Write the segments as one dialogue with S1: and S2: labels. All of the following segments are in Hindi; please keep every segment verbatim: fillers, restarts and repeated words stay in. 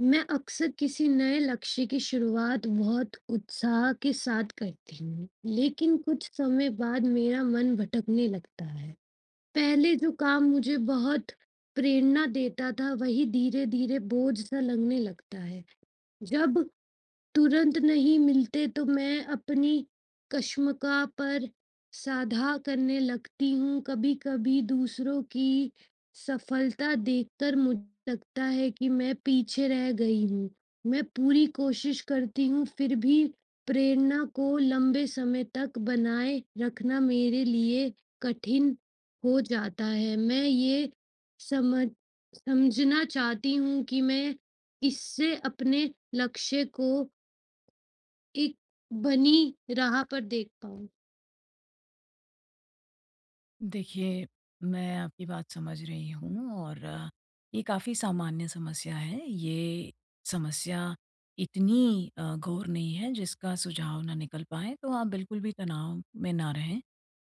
S1: मैं अक्सर किसी नए लक्ष्य की शुरुआत बहुत उत्साह के साथ करती हूँ, लेकिन कुछ समय बाद मेरा मन भटकने लगता है। पहले जो काम मुझे बहुत प्रेरणा देता था, वही धीरे-धीरे बोझ सा लगने लगता है। जब तुरंत नहीं मिलते तो मैं अपनी कश्मकश पर साझा करने लगती हूँ। कभी-कभी दूसरों की सफलता देखकर मुझे लगता है कि मैं पीछे रह गई हूँ। मैं पूरी कोशिश करती हूँ, फिर भी प्रेरणा को लंबे समय तक बनाए रखना मेरे लिए कठिन हो जाता है। मैं ये समझ समझना चाहती हूँ कि मैं इससे अपने लक्ष्य को एक बनी राह पर देख पाऊँ।
S2: देखिए, मैं आपकी बात समझ रही हूँ और अ, ये काफ़ी सामान्य समस्या है। ये समस्या इतनी अ, घोर नहीं है जिसका सुझाव ना निकल पाए, तो आप बिल्कुल भी तनाव में ना रहें।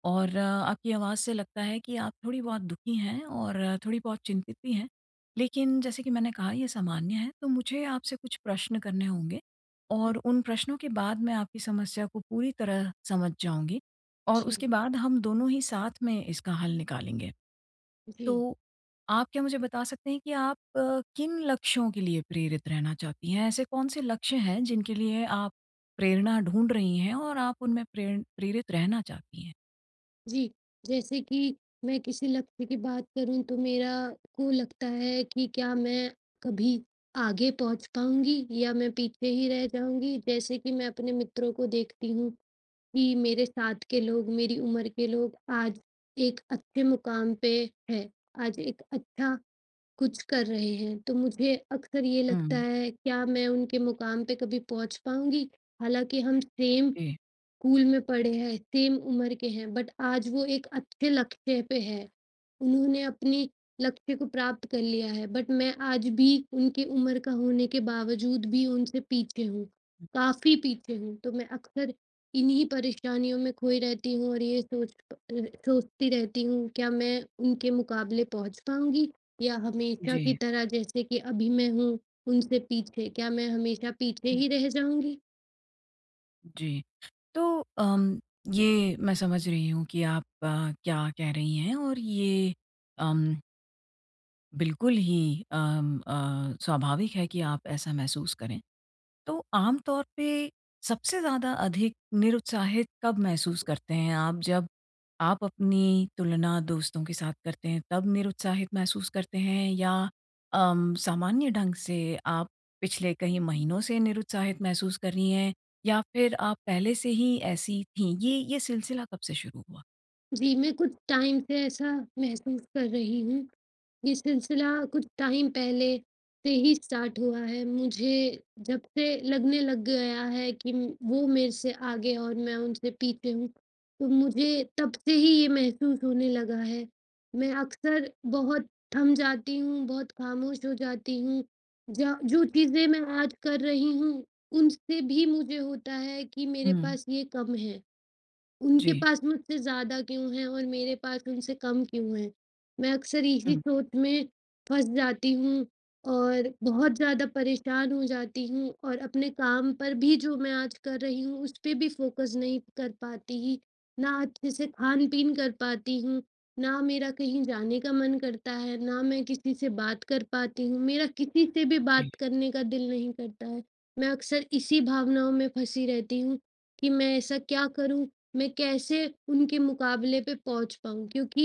S2: और अ, आपकी आवाज़ से लगता है कि आप थोड़ी-बहुत दुखी हैं और थोड़ी-बहुत चिंतित भी हैं। लेकिन जैसे कि मैंने कहा, ये सामान्य है, तो मुझे आपसे कुछ प्रश्न करने होंगे और उन प्रश्नों के बाद मैं आपकी समस्या को पूरी तरह समझ जाऊँगी। और
S1: जी,
S2: उसके बाद हम दोनों ही साथ में इसका हल निकालेंगे।
S1: जी,
S2: तो आप क्या मुझे बता सकते हैं कि आप अ, किन लक्ष्यों के लिए प्रेरित रहना चाहती हैं? ऐसे कौन-से लक्ष्य हैं जिनके लिए आप प्रेरणा ढूँढ रही हैं और आप उनमें प्रेर प्रेरित रहना चाहती हैं?
S1: जी। जैसे कि मैं किसी लक्ष्य की बात करूँ तो मेरा को लगता है कि क्या मैं कभी आगे पहुँच पाऊँगी या मैं पीछे ही रह जाऊँगी। जैसे कि मैं अपने मित्रों को देखती हूँ कि मेरे साथ के लोग, मेरी उम्र के लोग आज एक अच्छे मुकाम पे हैं। आज एक अच्छा कुछ कर रहे हैं, तो मुझे अक्सर ये लगता
S2: हुँ,
S1: है, क्या मैं उनके मुकाम पे कभी पहुँच पाऊँगी? हालाँकि हम सेम
S2: जी।
S1: स्कूल में पढ़े हैं, सेम उम्र के हैं, बट आज वो एक अच्छे लक्ष्य पे है। उन्होंने अपनी लक्ष्य को प्राप्त कर लिया है, बट मैं आज भी उनकी उम्र का होने के बावजूद भी उनसे पीछे हूँ, काफ़ी पीछे हूँ। तो मैं अक्सर इन्हीं परेशानियों में खोई रहती हूँ और ये सोच अ, सोचती रहती हूँ, क्या मैं उनके मुकाबले पहुँच पाऊँगी, या हमेशा की
S2: जी,
S1: तरह जैसे कि अभी मैं हूँ, उनसे पीछे? क्या मैं हमेशा पीछे
S2: हुँ,
S1: ही रह जाऊँगी?
S2: जी। तो अम, ये मैं समझ रही हूँ कि आप अ, क्या कह रही हैं, और ये अम, बिल्कुल ही अम, अ, स्वाभाविक है कि आप ऐसा महसूस करें। तो आम तौर पे सबसे ज़्यादा अधिक निरुत्साहित कब महसूस करते हैं आप? जब आप अपनी तुलना दोस्तों के साथ करते हैं, तब निरुत्साहित महसूस करते हैं, या अम, सामान्य ढंग से आप पिछले कई महीनों से निरुत्साहित महसूस कर रही हैं, या फिर आप पहले से ही ऐसी थीं? ये ये सिलसिला कब से शुरू हुआ?
S1: जी, मैं कुछ टाइम से ऐसा महसूस कर रही हूँ। ये सिलसिला कुछ टाइम पहले से ही स्टार्ट हुआ है। मुझे जब से लगने लग गया है कि म- वो मेरे से आगे और मैं उनसे पीछे हूँ, तो मुझे तब से ही ये महसूस होने लगा है। मैं अक्सर बहुत थम जाती हूँ, बहुत खामोश हो जाती हूँ। ज जो चीज़ें मैं आज कर रही हूँ, उनसे भी मुझे होता है कि मेरे
S2: हुँ।
S1: पास ये कम है। उनके
S2: जी।
S1: पास मुझसे ज़्यादा क्यों है और मेरे पास उनसे कम क्यों है? मैं अक्सर इसी
S2: हुँ।
S1: सोच में फँस जाती हूँ और बहुत ज़्यादा परेशान हो जाती हूँ, और अपने काम पर भी जो मैं आज कर रही हूँ, उस पे भी फ़ोकस नहीं कर पाती, ही, ना अच्छे से खान-पीन कर पाती हूँ, ना मेरा कहीं जाने का मन करता है, ना मैं किसी से बात कर पाती हूँ, मेरा किसी से भी
S2: जी,
S1: बात करने का दिल नहीं करता है। मैं अक्सर इसी भावनाओं में फँसी रहती हूँ कि मैं ऐसा क्या करूँ, मैं कैसे उनके मुकाबले पे पहुँच पाऊँ? क्योंकि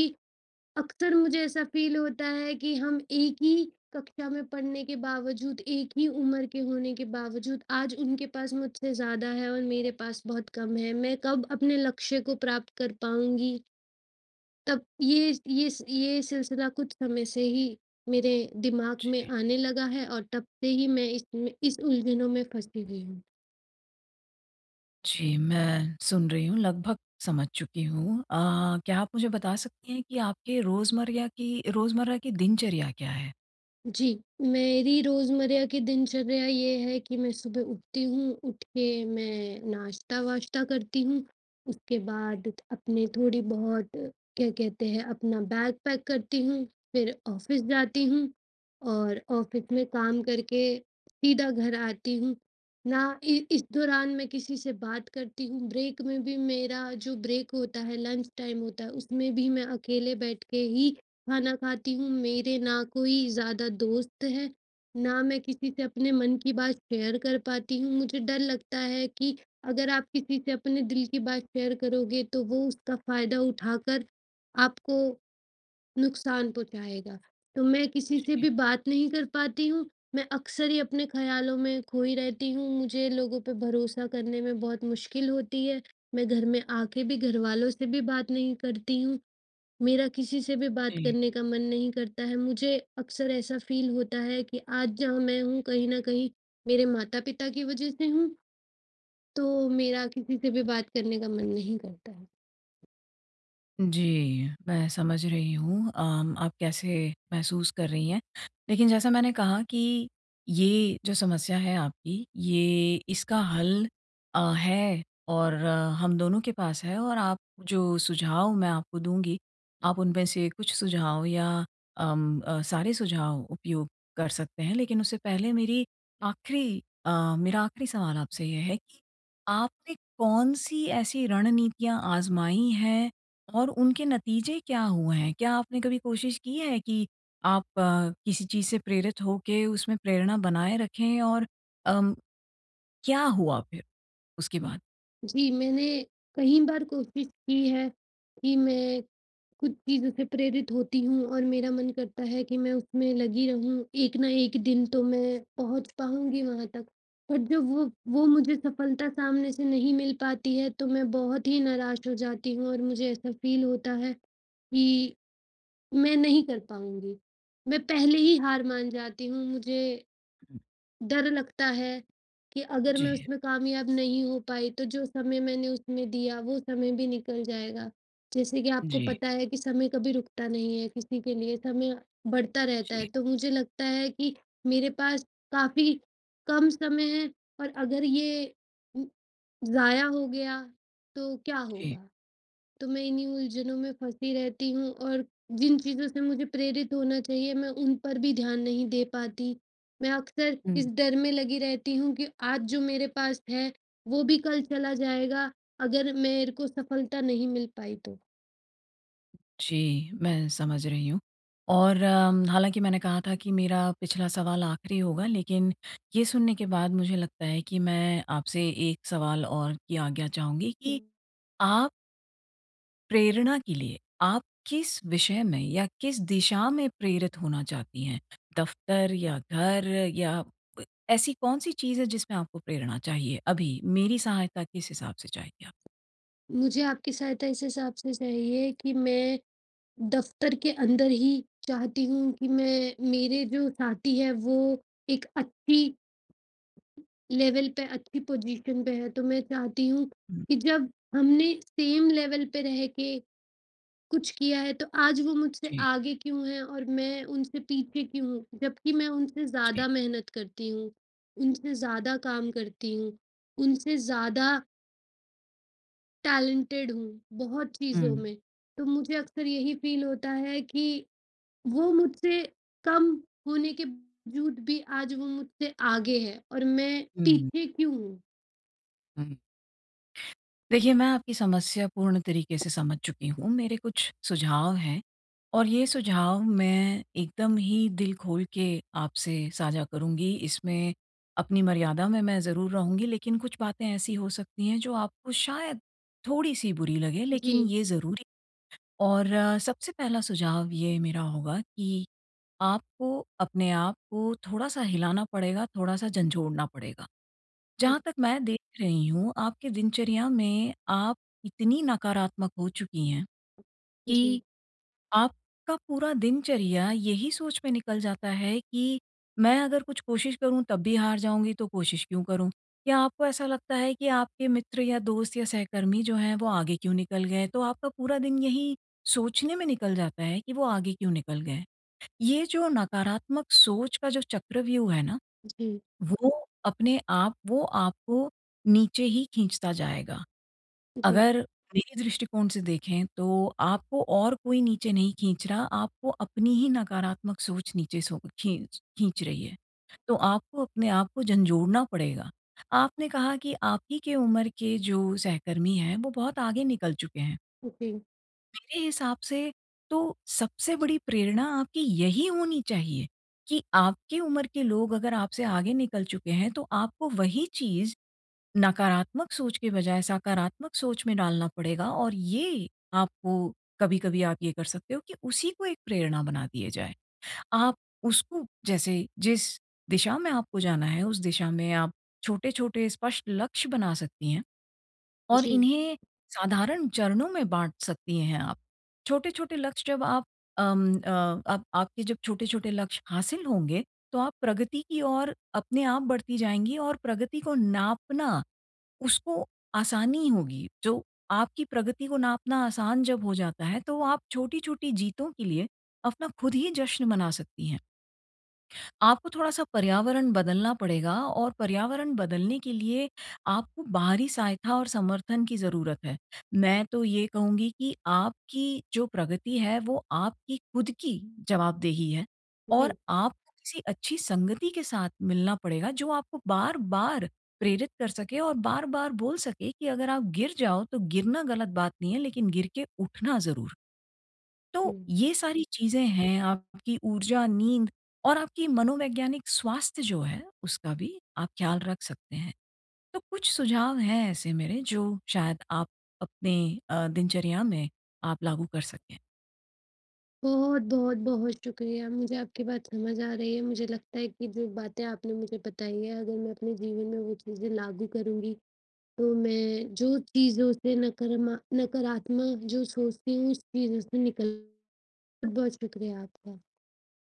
S1: अक्सर मुझे ऐसा फ़ील होता है कि हम एक ही कक्षा में पढ़ने के बावजूद, एक ही उम्र के होने के बावजूद, आज उनके पास मुझसे ज़्यादा है और मेरे पास बहुत कम है। मैं कब अपने लक्ष्य को प्राप्त कर पाऊँगी? तब ये ये ये सिलसिला कुछ समय से ही मेरे दिमाग में
S2: जी।
S1: आने लगा है और तब से ही मैं इसमें इस उलझनों में फँसी हुई हूँ।
S2: जी, मैं सुन रही हूँ, लगभग समझ चुकी हूँ। अ, क्या आप मुझे बता सकती हैं कि आपके रोज़मर्रा की रोज़मर्रा की दिनचर्या क्या है?
S1: जी, मेरी रोज़मर्रा की दिनचर्या ये है कि मैं सुबह उठती हूँ, उठ के मैं नाश्ता-वाश्ता करती हूँ, उसके बाद अपने थोड़ी बहुत क्या कहते हैं, अपना बैग पैक करती हूँ, फिर ऑफ़िस जाती हूँ और ऑफ़िस में काम करके सीधा घर आती हूँ। ना इ इस दौरान मैं किसी से बात करती हूँ, ब्रेक में भी, मेरा जो ब्रेक होता है, लंच टाइम होता है, उसमें भी मैं अकेले बैठ के ही खाना खाती हूँ, मेरे ना कोई ज़्यादा दोस्त है, ना मैं किसी से अपने मन की बात शेयर कर पाती हूँ। मुझे डर लगता है कि अगर आप किसी से अपने दिल की बात शेयर करोगे, तो वो उसका फ़ायदा उठाकर आपको नुकसान पहुँचाएगा। तो मैं किसी से
S2: जी,
S1: भी बात नहीं कर पाती हूँ, मैं अक्सर ही अपने ख़्यालों में खोई रहती हूँ। मुझे लोगों पे भरोसा करने में बहुत मुश्किल होती है। मैं घर में आके भी घरवालों से भी बात नहीं करती हूँ। मेरा किसी से भी बात
S2: जी।
S1: करने का मन नहीं करता है। मुझे अक्सर ऐसा फ़ील होता है कि आज जहाँ मैं हूँ, कहीं न कहीं मेरे माता-पिता की वज़ह से हूँ, तो मेरा किसी से भी बात करने का मन नहीं करता है।
S2: जी, मैं समझ रही हूँ अम, आप कैसे महसूस कर रही हैं। लेकिन जैसा मैंने कहा कि ये जो समस्या है आपकी, ये इसका हल अ, है, और अ, हम दोनों के पास है। और आप जो सुझाव मैं आपको दूँगी, आप उनमें से कुछ सुझाव या अम अ, सारे सुझाव उपयोग कर सकते हैं। लेकिन उससे पहले मेरी आखिरी अ, मेरा आखिरी सवाल आपसे ये है कि आपने कौन-सी ऐसी रणनीतियाँ आज़माई हैं और उनके नतीजे क्या हुए हैं? क्या आपने कभी कोशिश की है कि आप अ, किसी चीज़ से प्रेरित होके उसमें प्रेरणा बनाए रखें, और अम, क्या हुआ फिर उसके बाद?
S1: जी, मैंने कई बार कोशिश की है कि मैं कुछ चीज़ों से प्रेरित होती हूँ और मेरा मन करता है कि मैं उसमें लगी रहूँ, एक ना एक दिन तो मैं पहुँच पाऊँगी वहाँ तक। पर जब वो वो मुझे सफलता सामने से नहीं मिल पाती है, तो मैं बहुत ही निराश हो जाती हूँ और मुझे ऐसा फ़ील होता है कि मैं नहीं कर पाऊँगी। मैं पहले ही हार मान जाती हूँ, मुझे
S2: हुँ।
S1: डर लगता है कि अगर मैं
S2: जी,
S1: उसमें कामयाब नहीं हो पाई, तो जो समय मैंने उसमें दिया, वो समय भी निकल जाएगा। जैसे कि आपको
S2: जी,
S1: पता है कि समय कभी रुकता नहीं है किसी के लिए, समय बढ़ता रहता है।
S2: जी,
S1: तो मुझे लगता है कि मेरे पास काफ़ी कम समय है, और अगर ये उ ज़ाया हो गया, तो क्या
S2: जी।
S1: होगा? तो मैं इन्हीं उलझनों में फँसी रहती हूँ, और जिन चीज़ों से मुझे प्रेरित होना चाहिए, मैं उन पर भी ध्यान नहीं दे पाती। मैं अक्सर
S2: हुँ,
S1: इस डर में लगी रहती हूँ कि आज जो मेरे पास है, वो भी कल चला जाएगा, अगर मेरे को सफलता नहीं मिल पाई तो।
S2: जी, मैं समझ रही हूँ। और अम, हालाँकि मैंने कहा था कि मेरा पिछला सवाल आखिरी होगा, लेकिन ये सुनने के बाद मुझे लगता है कि मैं आपसे एक सवाल और की आज्ञा चाहूँगी कि आप प्रेरणा के लिए आप किस विषय में या किस दिशा में प्रेरित होना चाहती हैं? दफ्तर या घर या ब ऐसी कौन-सी चीज़ है जिसमें आपको प्रेरणा चाहिए अभी? मेरी सहायता किस हिसाब से चाहिए आप?
S1: मुझे आपकी सहायता इस हिसाब से चाहिए कि मैं दफ़्तर के अंदर ही चाहती हूँ कि मैं, मेरे जो साथी हैं, वो एक अच्छी लेवल पे, अच्छी पोजीशन पे है, तो मैं चाहती हूँ
S2: हुँ,
S1: कि जब हमने सेम लेवल पे रह के कुछ किया है, तो आज वो मुझसे
S2: जी,
S1: आगे क्यों हैं और मैं उनसे पीछे क्यों हूँ? जबकि मैं उनसे ज़्यादा
S2: जी।
S1: मेहनत करती हूँ, उनसे ज़्यादा काम करती हूँ, उनसे ज़्यादा टैलेंटेड हूँ, बहुत
S2: हुँ,
S1: चीज़ों में। तो मुझे अक्सर यही फ़ील होता है कि वो मुझसे कम होने के बावजूद भी आज वो मुझसे आगे है और मैं
S2: हुँ,
S1: पीछे क्यों हूँ?
S2: हुँ। देखिए, मैं आपकी समस्या पूर्ण तरीके से समझ चुकी हूँ। मेरे कुछ सुझाव हैं, और ये सुझाव मैं एकदम ही दिल खोल के आपसे साझा करूँगी। इसमें अपनी मर्यादा में मैं ज़रूर रहूँगी, लेकिन कुछ बातें ऐसी हो सकती हैं जो आपको शायद थोड़ी-सी बुरी लगे,
S1: जी।
S2: लेकिन ये ज़रूरी। और अ, सबसे पहला सुझाव ये मेरा होगा कि आपको अपने आप को थोड़ा-सा हिलाना पड़ेगा, थोड़ा-सा झंझोड़ना पड़ेगा। जहाँ तक मैं देख रही हूँ, आपके दिनचर्या में आप इतनी नकारात्मक हो चुकी हैं
S1: जी,
S2: कि आपका पूरा दिनचर्या यही सोच में निकल जाता है कि मैं अगर कुछ कोशिश करूँ तब भी हार जाऊँगी तो कोशिश क्यों करूँ? या आपको ऐसा लगता है कि आपके मित्र या दोस्त या सहकर्मी जो हैं, वो आगे क्यों निकल गए? तो आपका पूरा दिन यही सोचने में निकल जाता है कि वो आगे क्यों निकल गए? ये जो नकारात्मक सोच का जो चक्रव्यूह है ना,
S1: जी,
S2: वो अपने आप, वो आपको नीचे ही खींचता जाएगा।
S1: जी,
S2: अगर मेरे दृष्टिकोण से देखें, तो आपको और कोई नीचे नहीं खींच रहा, आपको अपनी ही नकारात्मक सोच नीचे सो खींच खींच रही है। तो आपको अपने आप को झंझोड़ना पड़ेगा। आपने कहा कि आप ही के उम्र के जो सहकर्मी हैं, वो बहुत आगे निकल चुके हैं।
S1: जी,
S2: मेरे हिसाब से तो सबसे बड़ी प्रेरणा आपकी यही होनी चाहिए कि आपकी उम्र के लोग अगर आपसे आगे निकल चुके हैं, तो आपको वही चीज़ नकारात्मक सोच के बजाय सकारात्मक सोच में डालना पड़ेगा। और ये आपको, कभी-कभी आप ये कर सकते हो कि उसी को एक प्रेरणा बना दिया जाए। आप उसको, जैसे जिस दिशा में आपको जाना है उस दिशा में आप छोटे-छोटे स्पष्ट लक्ष्य बना सकती हैं। और
S1: जी,
S2: इन्हें साधारण चरणों में बाँट सकती हैं आप। छोटे-छोटे लक्ष्य जब आप अम अ, आप आपके जब छोटे-छोटे लक्ष्य हासिल होंगे, तो आप प्रगति की ओर अपने आप बढ़ती जाएँगी, और प्रगति को नापना, उसको आसानी होगी। जो आपकी प्रगति को नापना आसान जब हो जाता है, तो आप छोटी-छोटी जीतों के लिए अपना खुद ही जश्न मना सकती हैं। आपको थोड़ा-सा पर्यावरण बदलना पड़ेगा, और पर्यावरण बदलने के लिए आपको बाहरी सहायता और समर्थन की ज़रूरत है। मैं तो ये कहूँगी कि आपकी जो प्रगति है, वो आपकी खुद की जवाबदेही है, और
S1: जी,
S2: आपको किसी अच्छी संगति के साथ मिलना पड़ेगा जो आपको बार-बार प्रेरित कर सके और बार-बार बोल सके कि अगर आप गिर जाओ तो गिरना गलत बात नहीं है, लेकिन गिर के उठना ज़रूर।
S1: जी।
S2: तो ये सारी चीज़ें हैं, आपकी ऊर्जा, नींद और आपकी मनोवैज्ञानिक स्वास्थ्य जो है, उसका भी आप ख़्याल रख सकते हैं। तो कुछ सुझाव हैं ऐसे मेरे, जो शायद आप अपने अ, दिनचर्या में आप लागू कर सकें।
S1: बहुत, बहुत, बहुत शुक्रिया। मुझे आपकी बात समझ आ रही है। मुझे लगता है कि जो बातें आपने मुझे बताई है, अगर मैं अपने जीवन में वो चीज़ें लागू करूँगी, तो मैं जो चीज़ों से नकरमा नकारात्मक जो सोचती हूँ, उस चीज़ों से निकल। बहुत बहुत शुक्रिया आपका।